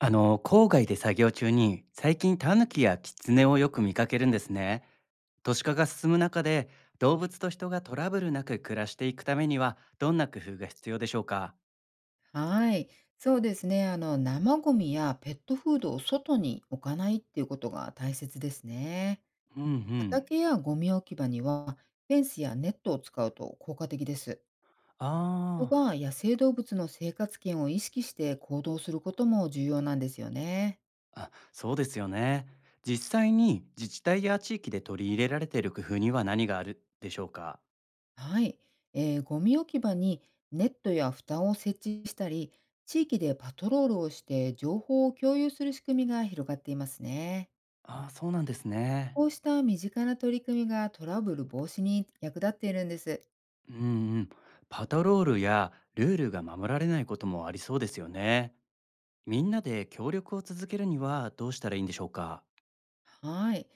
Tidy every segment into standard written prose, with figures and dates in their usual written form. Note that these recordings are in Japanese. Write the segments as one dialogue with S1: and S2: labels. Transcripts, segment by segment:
S1: 郊外で作業中に最近タヌキやキツネをよく見かけるんですね。都市化が進む中で動物と人がトラブルなく暮らしていくためにはどんな工夫が必要でしょうか？
S2: はい、そうですね。生ゴミやペットフードを外に置かないっていうことが大切ですね。
S1: うんうん。
S2: 畑やゴミ置き場にはフェンスやネットを使うと効果的です。
S1: あ
S2: 人
S1: ー、
S2: が野生動物の生活圏を意識して行動することも重要なんですよね。
S1: あ、そうですよね。実際に自治体や地域で取り入れられている工夫には何があるでしょうか？
S2: はい、ゴミ置き場にネットや蓋を設置したり、地域でパトロールをして情報を共有する仕組みが広がっていますね。
S1: ああ、そうなんですね。
S2: こうした身近な取り組みがトラブル防止に役立っているんです。
S1: うんうん。パトロールやルールが守られないこともありそうですよね。みんなで協力を続けるにはどうしたらいいんでしょうか？
S2: はい。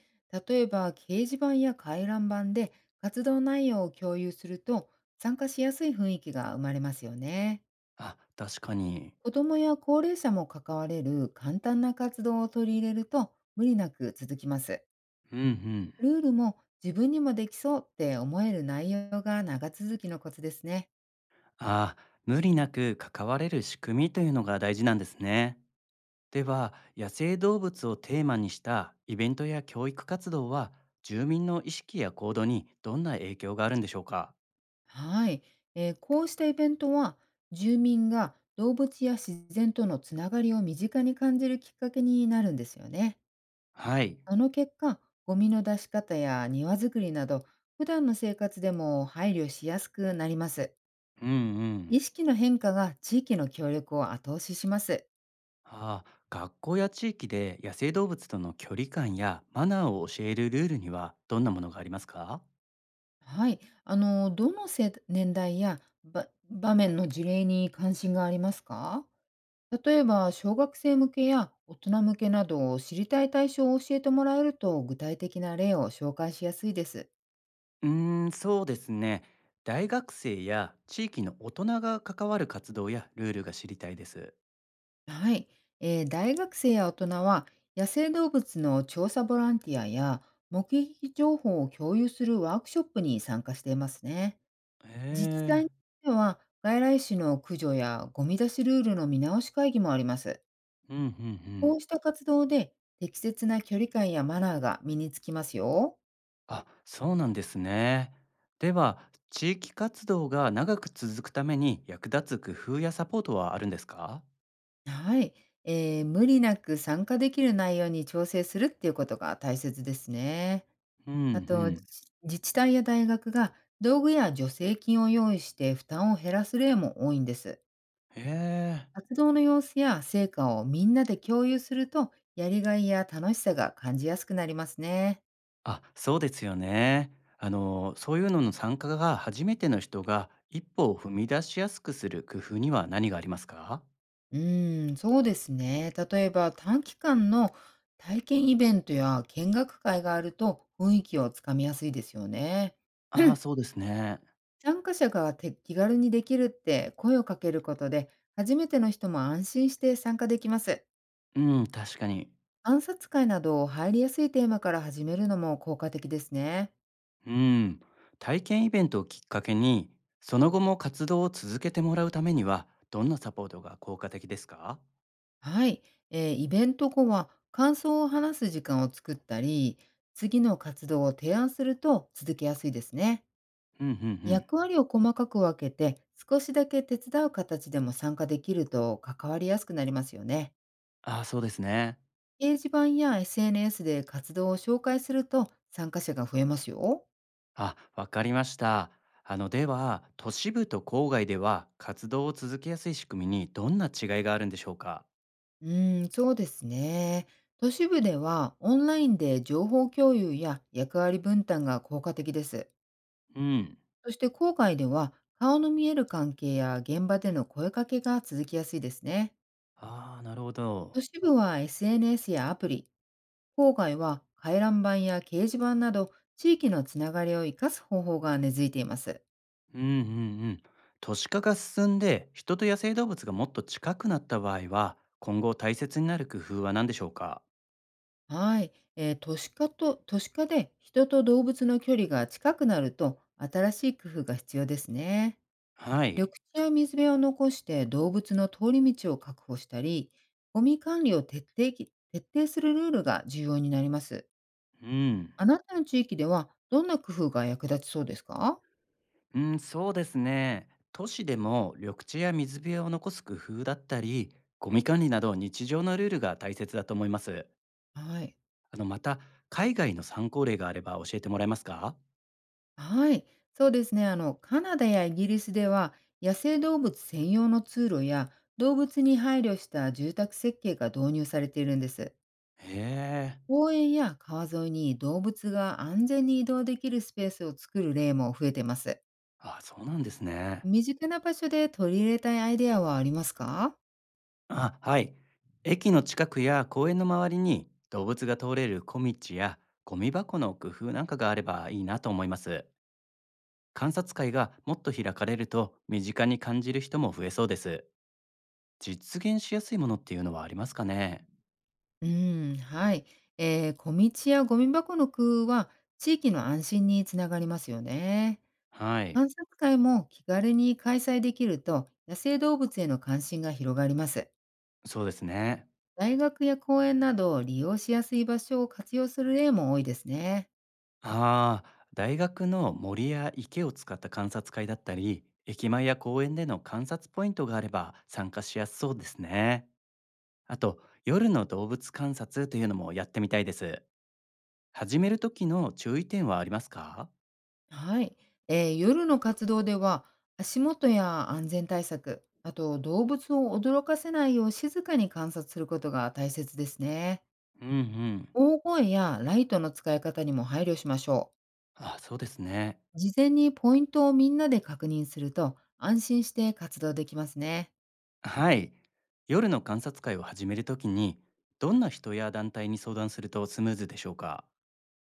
S2: 例えば、掲示板や回覧板で活動内容を共有すると、参加しやすい雰囲気が生まれますよね。
S1: あ、確かに。
S2: 子どもや高齢者も関われる簡単な活動を取り入れると、無理なく続きます。
S1: うんうん。
S2: ルールも自分にもできそうって思える内容が長続きのコツですね。
S1: あ、無理なく関われる仕組みというのが大事なんですね。では、野生動物をテーマにしたイベントや教育活動は、住民の意識や行動にどんな影響があるんでしょうか？
S2: はい、こうしたイベントは住民が動物や自然とのつながりを身近に感じるきっかけになるんですよね。
S1: はい。
S2: その結果、ゴミの出し方や庭作りなど、普段の生活でも配慮しやすくなります。
S1: うんうん。
S2: 意識の変化が地域の協力を後押しします。
S1: ああ、学校や地域で野生動物との距離感やマナーを教えるルールにはどんなものがありますか？
S2: はい、どの世年代やば場面の事例に関心がありますか？例えば、小学生向けや大人向けなど、知りたい対象を教えてもらえると、具体的な例を紹介しやすいです。
S1: うーん、そうですね。大学生や地域の大人が関わる活動やルールが知りたいです。
S2: はい。大学生や大人は、野生動物の調査ボランティアや、目撃情報を共有するワークショップに参加していますね。
S1: へ
S2: 自治体によ
S1: え。
S2: っては、外来種の駆除やゴミ出しルールの見直し会議もあります。
S1: うんうんうん。
S2: こうした活動で、適切な距離感やマナーが身につきますよ。
S1: あ、そうなんですね。では、地域活動が長く続くために役立つ工夫やサポートはあるんですか？
S2: はい。無理なく参加できる内容に調整するっていうことが大切ですね。
S1: うんう
S2: あと、自
S1: ん。
S2: 自治体や大学が道具や助成金を用意して負担を減らす例も多いんです。
S1: へえ。
S2: 活動の様子や成果をみんなで共有すると、やりがいや楽しさが感じやすくなりますね。
S1: あ、そうですよね。そういうのの参加が初めての人が一歩を踏み出しやすくする工夫には何がありますか？
S2: うーん、そうですね。例えば短期間の体験イベントや見学会があると雰囲気をつかみやすいですよね。
S1: ああー、そう ですね。
S2: 参加者が手気軽にできるって声をかけることで、初めての人も安心して参加できます。
S1: うん、確かに。
S2: 暗殺会など入りやすいテーマから始めるのも効果的ですね。
S1: うん。体験イベントをきっかけに、その後も活動を続けてもらうためには、どんなサポートが効果的ですか？
S2: はい、イベント後は感想を話す時間を作ったり、次の活動を提案すると続けやすいですね。
S1: うんうんうん。
S2: 役割を細かく分けて少しだけ手伝う形でも参加できると関わりやすくなりますよね。
S1: ああ、そうですね。
S2: 掲示板や SNS で活動を紹介すると参加者が増えますよ。
S1: あ、わかりました。あの、では、都市部と郊外では、活動を続けやすい仕組みにどんな違いがあるんでしょうか？
S2: うーん、そうですね。都市部ではオンラインで情報共有や役割分担が効果的です。
S1: うん。
S2: そして郊外では顔の見える関係や現場での声かけが続きやすいですね。
S1: ああ、なるほ
S2: 都
S1: ど。
S2: 市部は SNS やアプリ、郊外は回覧板や掲示板など地域のつながりを生かす方法が根付いています。
S1: うんうんうん。都市化が進んで、人と野生動物がもっと近くなった場合は、今後大切になる工夫は何でしょうか？
S2: はい、都市化で人と動物の距離が近くなると新しい工夫が必要ですね。
S1: はい。
S2: 緑地や水辺を残して動物の通り道を確保したり、ゴミ管理を徹底するルールが重要になります。
S1: うん。
S2: あなたの地域ではどんな工夫が役立ちそうですか？
S1: うん、そうですね。都市でも緑地や水辺を残す工夫だったり、ゴミ管理など日常のルールが大切だと思います。
S2: はい、
S1: あの、また、海外の参考例があれば教えてもらえますか？
S2: はい、そうですね。カナダやイギリスでは野生動物専用の通路や動物に配慮した住宅設計が導入されているんです。
S1: へえ。
S2: 公園や川沿いに動物が安全に移動できるスペースを作る例も増えてます。
S1: あ、そうなんですね。
S2: 身近な場所で取り入れたいアイデアはありますか？
S1: あ、はい。駅の近くや公園の周りに動物が通れる小道やゴミ箱の工夫なんかがあればいいなと思います。観察会がもっと開かれると身近に感じる人も増えそうです。実現しやすいものっていうのはありますかね？
S2: うん、はい。小道やゴミ箱の工夫は地域の安心につながりますよね。
S1: はい、
S2: 観察会も気軽に開催できると野生動物への関心が広がります。
S1: そうですね。
S2: 大学や公園など利用しやすい場所を活用する例も多いですね。
S1: ああ、大学の森や池を使った観察会だったり、駅前や公園での観察ポイントがあれば参加しやすそうですね。あと、夜の動物観察というのもやってみたいです。始める時の注意点はありますか？
S2: はい、夜の活動では足元や安全対策、あと動物を驚かせないよう静かに観察することが大切ですね。
S1: うんうん。
S2: 大声やライトの使い方にも配慮しましょ
S1: あ、そうですね。
S2: う。事前にポイントをみんなで確認すると安心して活動できますね。
S1: はい。夜の観察会を始めるときに、どんな人や団体に相談するとスムーズでしょうか？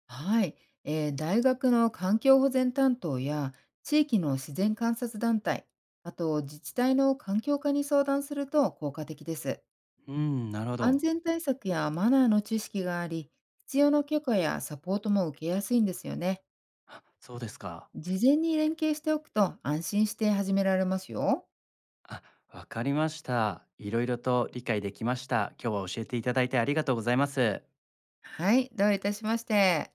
S2: はい、大学の環境保全担当や地域の自然観察団体、あと自治体の環境課に相談すると効果的です。
S1: うん、なるほ
S2: 安
S1: ど。
S2: 全対策やマナーの知識があり、必要な許可やサポートも受けやすいんですよね。
S1: あ、そうですか。
S2: 事前に連携しておくと安心して始められますよ。
S1: あ、わかりました。いろいろと理解できました。今日は教えていただいてありがとうございます。
S2: はい、どういたしまして。